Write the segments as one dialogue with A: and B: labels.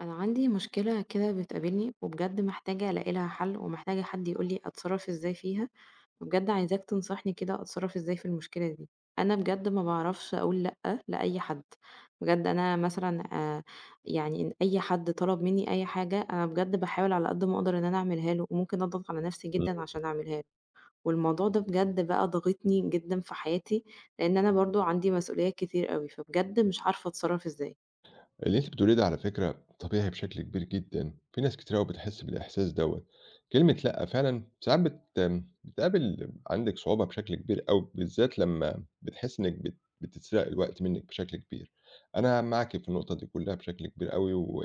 A: انا عندي مشكلة كده بتقابلني وبجد محتاجة الاقي لها حل ومحتاجة حد يقول لي اتصرف ازاي فيها، وبجد عايزاك تنصحني كده اتصرف ازاي في المشكلة دي. انا بجد ما بعرفش اقول لا لاي حد. بجد انا مثلا، آه، يعني ان اي حد طلب مني اي حاجة انا بجد بحاول على قد ما اقدر ان انا اعملها له، وممكن اضغط على نفسي جدا
B: إمم.
A: عشان اعملها له. والموضوع ده بجد بقى ضاغطني جدا في حياتي، لان انا برضو عندي مسؤوليات كتير قوي، فبجد مش عارفة اتصرف ازاي.
B: اللي أنتِ بتقوليه ده على فكرة طبيعي بشكل كبير جدًا، في ناس كتير أوي بتحس بالإحساس دوّة، كلمة لأ فعلًا ساعات بتقابل عندِك صعوبة بشكل كبير أوي، بالذات لمّا بتحسي إنِّك بتتسرق الوقت منِّك بشكل كبير، أنا معاكِ في النقطة دي كلّها بشكل كبير أوي، و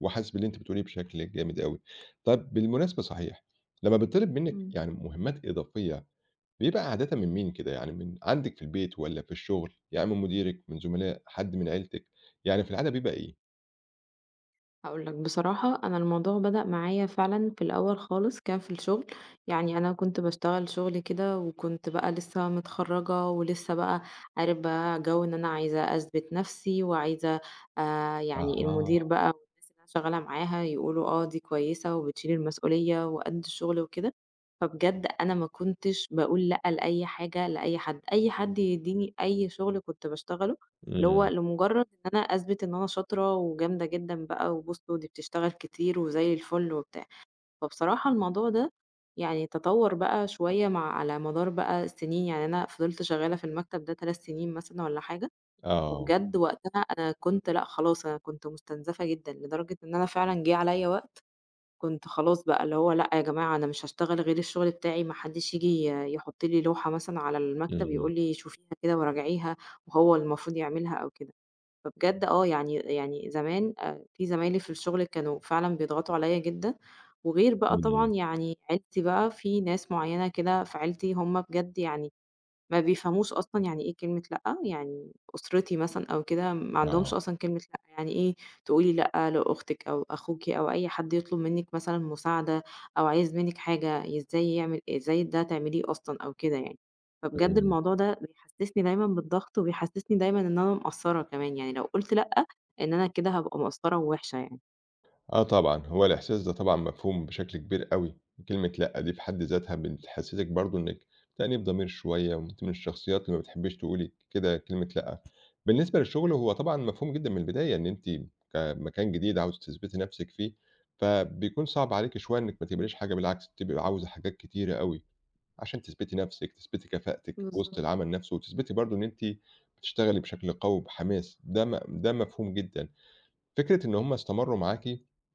B: وحاسس باللي أنتِ بتقوليه بشكل جامد أوي. طَب بالمناسبة صحيح، لمّا بيتطلب منِّك
A: مم.
B: يعني مهمات إضافية بيبقى عادةً من مين كده، يعني من عندِك في البيت والّا في الشغل، يعني من مديرِك، من زملاء، حد من عيلتِك، يعني في العادة بيبقى إيه؟
A: هاقول لك بصراحة أنا الموضوع بدأ معايا فعلًا في الأول خالص كان في الشغل، يعني أنا كنت باشتغل شغل كده وكنت بقى لسه متخرّجة ولسه بقى عارف بقى جو إن أنا عايزة أثبت نَفْسي وعايزة يعني
B: أها.
A: المدير بقى والناس اللي أنا شغالة معاها يقولوا آه دي كويسة وبتشيل المسؤولية وقد الشغل وكده، فبجد أنا ما كنتش باقول لأ لأي حاجة لأي حد، أي حد يدّيني أي شغل كنت باشتغله اللي هو
B: إمم.
A: لمجرد إن أنا أثبت إن أنا شاطرة وجامدة جدًا بقى، وبُصوا دي بتشتغل كتير وزي الفل وبتاع. فبصراحة الموضوع ده يعني تطوّر بقى شوية على مدار بقى السنين، يعني أنا فضلت شغالة في المكتب ده 3 سنين مثلًا والّا حاجة،
B: آه.
A: وبجد وقتها أنا كنت لأ خلاص، أنا كنت مستنزفة جدًا، لدرجة إن أنا فعلًا جِه عليّا وقت كنت خلاص بقى اللي هو لأ يا جماعة أنا مش هاشتغل غير الشغل بتاعي، ما حدّش ييجي يحُط لي لوحة مثلًا على المكتب
B: إمم.
A: يقول لي شوفيها كده وراجعيها وهو المفروض يعملها أو كده. فبجد آه، يعني زمان في زمايلي في الشغل كانوا فعلًا بيضغطوا عليّا جدًا، وغير بقى
B: إمم.
A: طبعًا يعني عيلتي بقى في ناس معيّنة كده في عيلتي هم بجد يعني ما بيفهموش أصلًا يعني إيه كلمة لأ، يعني أسرتي مثلًا أو كده ما عندهمش
B: آه.
A: أصلًا كلمة لأ، يعني إيه تقولي لأ لأختِك أو أخوكِ أو أي حد يطلب منِّك مثلًا مساعدة أو عايز منِّك حاجة إزاي يعمل إيه؟ إزاي ده تعمليه أصلًا أو كده يعني، فبجد
B: إمم.
A: الموضوع ده بيحسسني دايمًا بالضغط وبيحسسني دايمًا إن أنا مقصّرة كمان، يعني لو قُلت لأ إن أنا كده هابقى مقصّرة ووِحشة يعني.
B: آه طبعًا، هو الإحساس ده طبعًا مفهوم بشكل كبير أوي، وكلمة لأ دي في حد ذاتها بتحسسِك برضه إنِّك تأنيب ضمير شوية، وأنتِ من الشخصيات اللي ما بتحبيش تقولي كده كلمة لأ. بالنسبة للشغل هو طبعًا مفهوم جدًا من البداية إن أنتِ كمكان جديد عاوزة تثبتي نفسِك فيه، فبيكون صعب عليكِ شوية إنِّك ما تقبليش حاجة، بالعكس بتبقي عاوزة حاجات كتيرة أوي عشان تثبتي نفسِك، تثبتي كفاءتِك في وسط
A: بالضبط.
B: العمل نفسه، وتثبتي برضه إن أنتِ بتشتغلي بشكل قوي وبحماس، ده مفهوم جدًا. فكرة إن هم استمرّوا معاكِ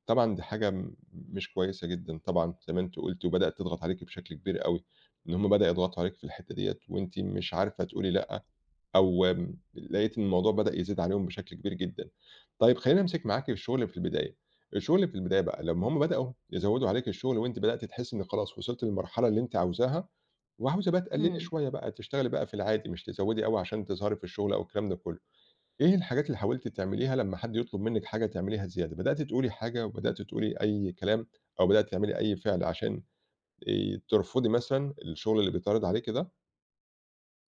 B: طبعًا دي حاجة مش كويسة جدًا طبعًا زي ما أنتِ قُلتِ وبدأت تضغط عليكِ بشكل كبير أوي، إن هم بدأوا يضغطوا عليكِ في الحتّة ديّة وأنتِ مش عارفة تقولي لأ، أو لقيتِ إن الموضوع بدأ يزيد عليهم بشكل كبير جدًا. طيب خلّينا أمسك معاكِ في الشغل في البداية، الشغل في البداية بقى لمّا هم بدأوا يزوّدوا عليكِ الشغل وأنتِ بدأتِ تحسّي إن خلاص وصلتِ للمرحلة اللي أنتِ عاوزاها وعاوزة بقى تقلّلي
A: إمم.
B: شوية بقى، تشتغلي بقى في العادي مش تزوّدي أوي عشان تظهري في الشغل أو الكلام ده كلّه. إيه الحاجات اللي حاولتِ تعمليها لمّا حد يطلب منِّك حاجة تعمليها زيادة؟ بدأتِ تقولي حاجة وبدأتِ تقولي أي كلام أو بدأتِ تعملي أي فعل عشان ترفضي مثلًا الشغل اللي بيتعرض عليكِ ده؟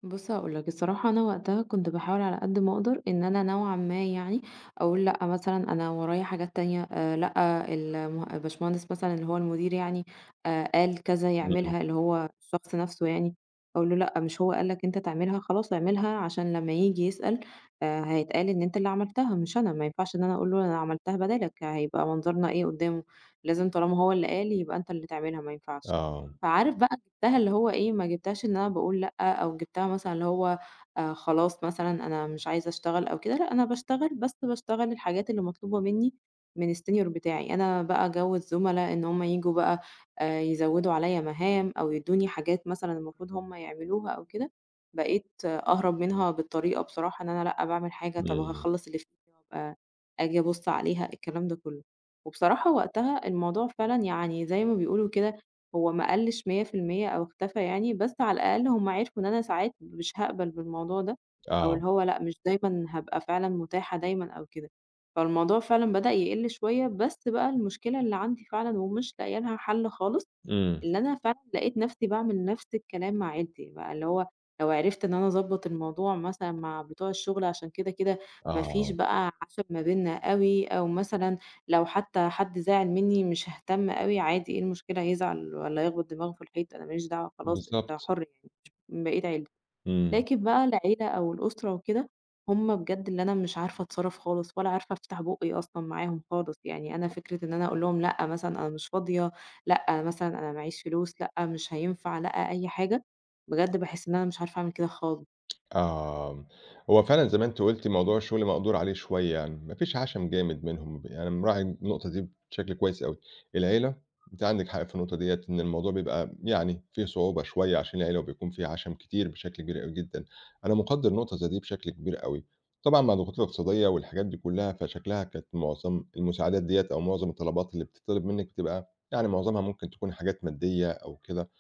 A: بُص هاقول لك، الصراحة أنا وقتها كنت باحاول على قد ما أقدر إن أنا نوعًا ما يعني أقول لأ، مثلًا أنا ورايا حاجات تانية، لأ، المه الباشمهندس مثلًا اللي هو المدير يعني قال كذا
B: إمم.
A: يعملها، اللي هو الشخص نفسه يعني، أقول له: "لأ، مش هو قال لك أنت تعملها، خلاص اعملها." عشان لمّا ييجي يسأل هيتقال إن أنت اللي عملتها مش أنا، ما ينفعش إن أنا أقول له أنا عملتها بدالك، هيبقى منظرنا إيه قدامه؟ لازم طالما هو اللي قال يبقى أنت اللي تعملها، ما ينفعش.
B: آه.
A: فعارف بقى جِبتها اللي هو إيه، ما جِبتهاش إن أنا باقول لأ، أو جِبتها مثلًا اللي هو خلاص مثلًا أنا مش عايزة أشتغل أو كده، لأ أنا باشتغل، بس باشتغل الحاجات اللي مطلوبة منّي من الsenior بتاعي. أنا بقى جو الزُملا إن هم ييجوا بقى يزوّدوا عليّا مهام أو يدّوني حاجات مثلًا المفروض هم يعملوها أو كده، بقيت آه أهرب منها بالطريقة بصراحة إن أنا لأ باعمل حاجة، طَب
B: إمم.
A: هاخلّص اللي في إيدي وأبقى آجي أبُص عليها، الكلام ده كُلّه. وبصراحة وقتها الموضوع فعلًا يعني زي ما بيقولوا كده هو ما قلّش 100% أو اختفى يعني، بس على الأقل هم عرفوا إن أنا ساعات مش هاقبل بالموضوع ده، أو
B: آه.
A: اللي هو لأ، مش دايمًا هابقى فعلًا متاحة دايمًا أو كده، فالموضوع فعلًا بدأ يقل شوية، بس بقى المشكلة اللي عندي فعلًا ومش لاقية لها حل خالص،
B: إمم.
A: اللي أنا فعلًا لقيت نفسي باعمل نفس الكلام مع عيلتي، بقى اللي هو لو عرفت إن أنا أضبّط الموضوع مثلًا مع بتوع الشغل عشان كده، كده ما فيش
B: آه.
A: بقى عَشَم ما بيننا أوي، أو مثلًا لو حتى حد زعل منّي مش هاهتم أوي عادي، إيه المشكلة يزعل والّا يخبط دماغه في الحيط، أنا ما ليش دعوة خلاص أنت
B: بالضبط.
A: حُر يعني، مش من بقية عيلتي.
B: إمم.
A: لكن بقى العيلة أو الأسرة وكده هم بجد اللي أنا مش عارفة أتصرف خالص ولا عارفة أفتح بُقّي أصلًا معاهم خالص، يعني أنا فكرة إن أنا أقول لهم لأ مثلًا أنا مش فاضية، لأ مثلًا أنا معيش فلوس، لأ مش هينفع، لأ أي حاجة، بجد باحس إن أنا مش عارفة أعمل كده خالص.
B: آه، هو فعلًا زي ما أنتِ قُلتِ موضوع الشغل مقدور عليه شوية يعني، ما فيش عَشَم جامد منهم، يعني أنا مراعي النقطة دي بشكل كويس أوي. العيلة، أنتِ عندِك حق في النقطة ديّة، إن الموضوع بيبقى يعني فيه صعوبة شوية عشان العيلة وبيكون فيه عَشَم كتير بشكل كبير أوي جدًا، أنا مقدّر نقطة زي دي بشكل كبير أوي. طبعًا مع الضغوطات الاقتصادية والحاجات دي كلّها، فشكلها كانت معظم المساعدات ديّة أو معظم الطلبات اللي بتطلب منِّك بتبقى يعني معظمها ممكن تكون حاجات مادية أو كده.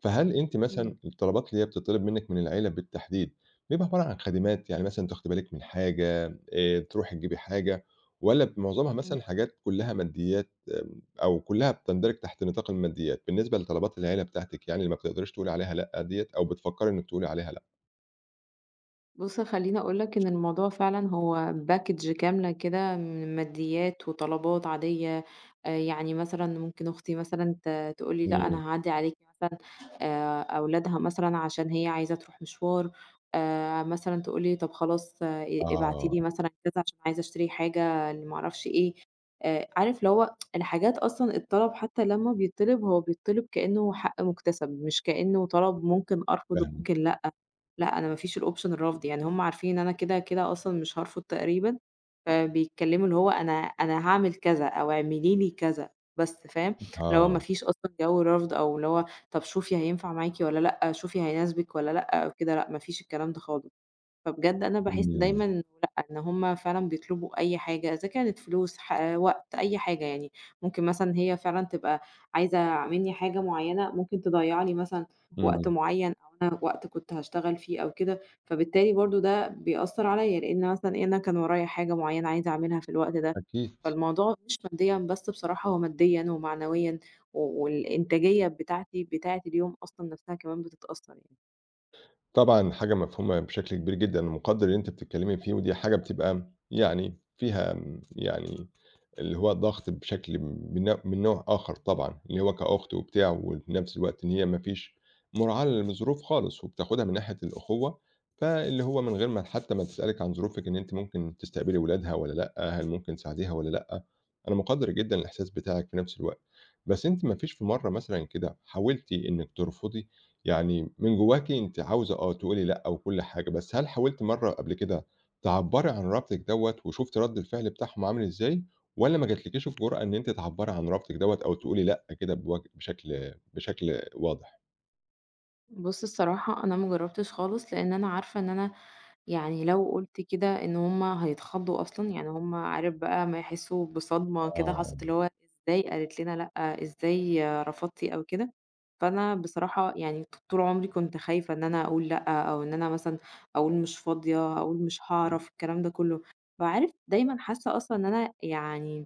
B: فهل أنتِ
A: إمم،
B: مثلًا الطلبات اللي هي بتطلب منِّك من العيلة بالتحديد، بيبقى عبارة عن خدمات، يعني مثلًا تاخدي بالِك من حاجة، تروحي تجيبي حاجة، والّا معظمها
A: إمم.
B: مثلًا حاجات كلّها ماديات آمم، أو كلّها بتندرج تحت نطاق الماديات، بالنسبة لطلبات العيلة بتاعتِك يعني اللي ما بتقدريش تقولي عليها لأ ديّة أو بتفكّري إنِّك تقولي عليها لأ؟
A: بُص خلّيني أقول لك إن الموضوع فعلًا هو package كاملة كده من ماديات وطلبات عادية، يعني مثلًا ممكن أختي مثلًا تقول لي لأ
B: إمم.
A: أنا هاعدّي عليكِ مثلًا أولادها مثلًا عشان هي عايزة تروح مشوار، مثلًا تقول لي طب خلاص ابعتي
B: آه.
A: لي مثلًا كذا عشان عايزة أشتري حاجة لما أعرفش إيه، عارف اللي هو الحاجات أصلًا الطلب حتى لما بيتطلب هو بيتطلب كإنه حق مُكتسب، مش كإنه طلب ممكن أرفض وممكن
B: فاهمِك.
A: لأ. لأ، أنا ما فيش الoption الرفض، يعني هُم عارفين إن أنا كده، كده أصلًا مش هارفض تقريبًا، فبيتكلموا اللي هو أنا هاعمل كذا أو اعملي لي كذا بس، فاهم؟ اللي هو ما
B: آه.
A: فيش أصلًا جو رفض أو اللي هو طب شوفي هينفع معاكِ والّا لأ، شوفي هيناسبِك والّا لأ أو كده، لأ ما فيش الكلام ده خالص. فبجد أنا باحس
B: إمم.
A: دايمًا إنه لأ، إن هُم فعلًا بيطلبوا أي حاجة، إذا كانت فلوس، وقت، أي حاجة يعني. ممكن مثلًا هي فعلًا تبقى عايزة منّي حاجة معيّنة، ممكن تضيّع لي مثلًا وقت
B: إمم.
A: معيّن أو أنا وقت كنت هاشتغل فيه أو كده، فبالتالي برضه ده بيأثّر عليّا، لإن مثلًا إيه، أنا كان ورايا حاجة معيّنة عايزة أعملها في الوقت ده،
B: أكيد.
A: فالموضوع مش ماديًا بس بصراحة، هو ماديًا ومعنويًا والإنتاجية بتاعتي بتاعة اليوم أصلًا نَفْسها كمان بتتأثّر يعني.
B: طبعًا حاجة مفهومة بشكل كبير جدًا، ومقدّر اللي أنتِ بتتكلّمي فيه، ودي حاجة بتبقى يعني فيها يعني اللي هو ضغط بشكل من نوع آخر طبعًا، اللي هو كأخت وبتاع، وفي نفس الوقت إن هي ما فيش مراعاة للظروف خالص، وبتاخدها من ناحية الأخوة، فاللي هو من غير ما حتى ما تسألِك عن ظروفِك إن أنتِ ممكن تستقبلي ولادها والّا لأ، هل ممكن تساعديها والّا لأ، أنا مقدّر جدًا الإحساس بتاعِك في نفس الوقت، بس أنتِ ما فيش في مرّة مثلًا كده حاولتِ إنِّك ترفضي؟ يعني من جواكِ أنتِ عاوزة آه، تقولي لأ وكل حاجة، بس هل حاولتِ مرّة قبل كده تعبّري عن رفضِك دوّة وشُفتِ رَد الفعل بتاعهم عامل إزاي والّا ما جاتلكيش الجرأة إن أنتِ تعبّري عن رفضِك دوّة أو تقولي لأ كده بوج بشكل واضح؟
A: بُص الصراحة أنا ما جرّبتش خالص، لإن أنا عارفة إن أنا يعني لو قُلت كده إن هُم هيتخضّوا أصلًا، يعني هُم عارف بقى أمّا يحسّوا بصدمة كده
B: آه.
A: حصلت، اللي هو إزاي قالت لنا لأ، إزاي رفضتِ أو كده، فأنا بصراحة يعني طول عمري كنت خايفة إن أنا أقول لأ، أو إن أنا مثلًا أقول مش فاضية، أقول مش هاعرف، الكلام ده كلّه، فعارف دايمًا حاسة أصلًا إن أنا يعني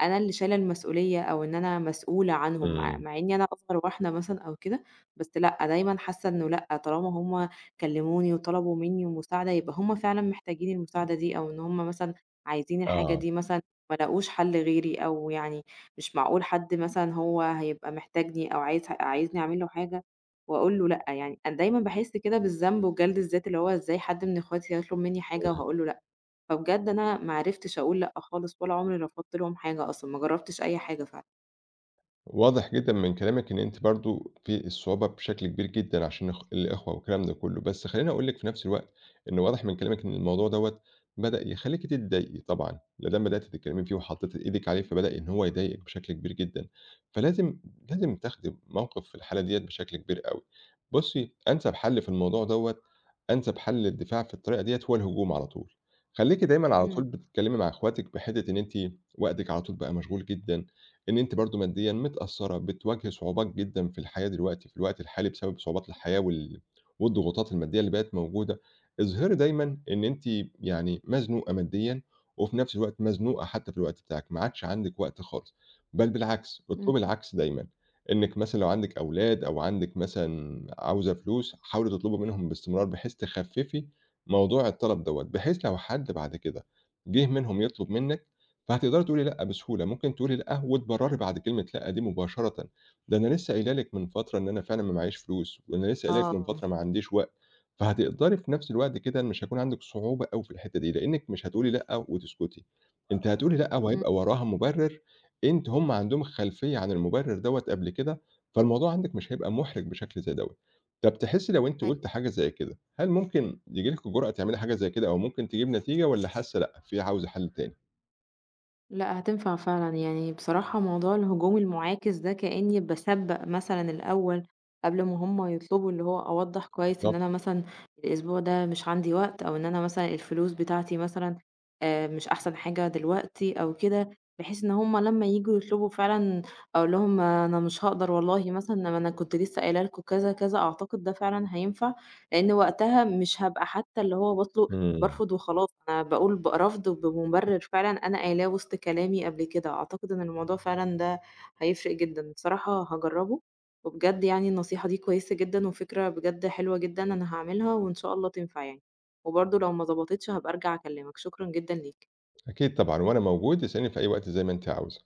A: أنا اللي شايلة المسؤولية أو إن أنا مسؤولة عنهم، مع
B: إمم.
A: مع إني أنا أصغر واحدة مثلًا أو كده، بس لأ، دايمًا حاسة إنه لأ، طالما هم كلموني وطلبوا مني مساعدة، يبقى هم فعلًا محتاجين المساعدة دي، أو إن هم مثلًا عايزين الحاجة
B: آه.
A: دي مثلًا ما لاقوش حل غيري، أو يعني مش معقول حد مثلًا هو هيبقى محتاجني أو عايزني أعمل له حاجة وأقول له لأ، يعني أنا دايمًا باحس كده بالذنب وجلد الذات، اللي هو إزاي حد من إخواتي هيطلب مني حاجة وهاقول له لأ. فبجد أنا ما عرفتش أقول لأ خالص ولا عمري رفضت لهم حاجة أصلًا، ما جرّبتش أي حاجة فعلًا.
B: واضح جدًا من كلامِك إن أنتِ برضه في الصعوبة بشكل كبير جدًا عشان الإخوة والكلام ده كُلّه، بس خلّيني أقول لِك في نفس الوقت إن واضح من كلامِك إن الموضوع دوّة بدأ يخلّيكِ تتضايقي طبعًا، ما دام بدأتِ تتكلمي فيه وحطيتِ إيدِك عليه فبدأ إن هو يضايقِك بشكل كبير جدًا، فلازم لازم تاخدي موقِف في الحالة ديّة بشكل كبير أوي. بُصّي، أنسب حل في الموضوع دوّة، أنسب حل للدفاع في الطريقة ديّة هو الهجوم على طول، خلّيكِ دايمًا على طول
A: إمم،
B: بتتكلمي مع إخواتِك بحتّة إن أنتِ وقتِك على طول بقى مشغول جدًا إن أنتِ برضه ماديًا متأثّرة، بتواجهي صعوبات جدًا في الحياة دلوقتي، في الوقت الحالي بسبب صعوبات الحياة والضغوطات المادية اللي بقت موجودة، اظهري دايمًا إن أنتِ يعني مزنوقة ماديًا وفي نفس الوقت مزنوقة حتى في الوقت بتاعِك، ما عادش عندِك وقت خالص، بل بالعكس، اطلبي
A: إمم،
B: العكس دايمًا، إنِّك مثلًا لو عندِك أولاد أو عندِك مثلًا عاوزة فلوس، حاولي تطلبي منهم باستمرار بحيث تخفّفي موضوع الطلب دوّة، بحيث لو حد بعد كده جِه منهم يطلب منِّك فهتقدري تقولي لأ بسهولة، ممكن تقولي لأ وتبرّري بعد كلمة لأ دي مباشرةً، ده أنا لسه قايلة لِك من فترة إن أنا فعلًا ما معييش فلوس، وأنا لسه قايلة لِك من
A: آه،
B: فترة ما عنديش وقت، فهتقدري في نفس الوقت كده مش هيكون عندِك صعوبة أوي في الحتّة دي، لإنِّك مش هتقولي لأ وتسكتي، أنتِ هتقولي لأ وهيبقى
A: إمم،
B: وراها مُبرر، أنتِ هُم عندهم خلفية عن المُبرر دوّة قبل كده، فالموضوع عندِك مش هيبقى مُحرِج بشكل زي دوّة. طَب تحسّي لو أنتِ قُلتِ
A: أيوه.
B: حاجة زي كده، هل ممكن ييجي لِك الجرأة تعملي حاجة زي كده أو ممكن تجيب نتيجة والّا حاسّة لأ، في عاوزة حل تاني؟
A: لأ هتنفع فعلًا، يعني بصراحة موضوع الهجوم المُعاكس ده كإني باسبّق مثلًا الأول قبل ما هُم يطلبوا، اللي هو أوضّح كويس إن
B: بالظبط.
A: أنا مثلًا الأسبوع ده مش عندي وقت، أو إن أنا مثلًا الفلوس بتاعتي مثلًا مش أحسن حاجة دلوقتي أو كده، بحيث إن هُم لمّا ييجوا يطلبوا فعلًا أقول لهم أنا مش هاقدر والله مثلًا، ما أنا كنت لسه قايلة لكم كذا، كذا، أعتقد ده فعلًا هينفع، لإن وقتها مش هابقى حتى اللي هو باطلب
B: إمم.
A: بارفض وخلاص، أنا باقول ب رفض بمُبرِّر فعلًا أنا قايلاه وسط كلامي قبل كده، أعتقد إن الموضوع فعلًا ده هيفرق جدًا، بصراحة هاجرّبه، وبجد يعني النصيحة دي كويسة جدًا وفكرة بجد حلوة جدًا، أنا هاعملها وإن شاء الله تنفع يعني، وبرضه لو ما ضبطتش هابقى أرجع أكلّمك، شكرًا جدًا ليك.
B: أكيد طبعًا، وأنا موجود اسأليني في أي وقت زي ما أنتِ عاوزة.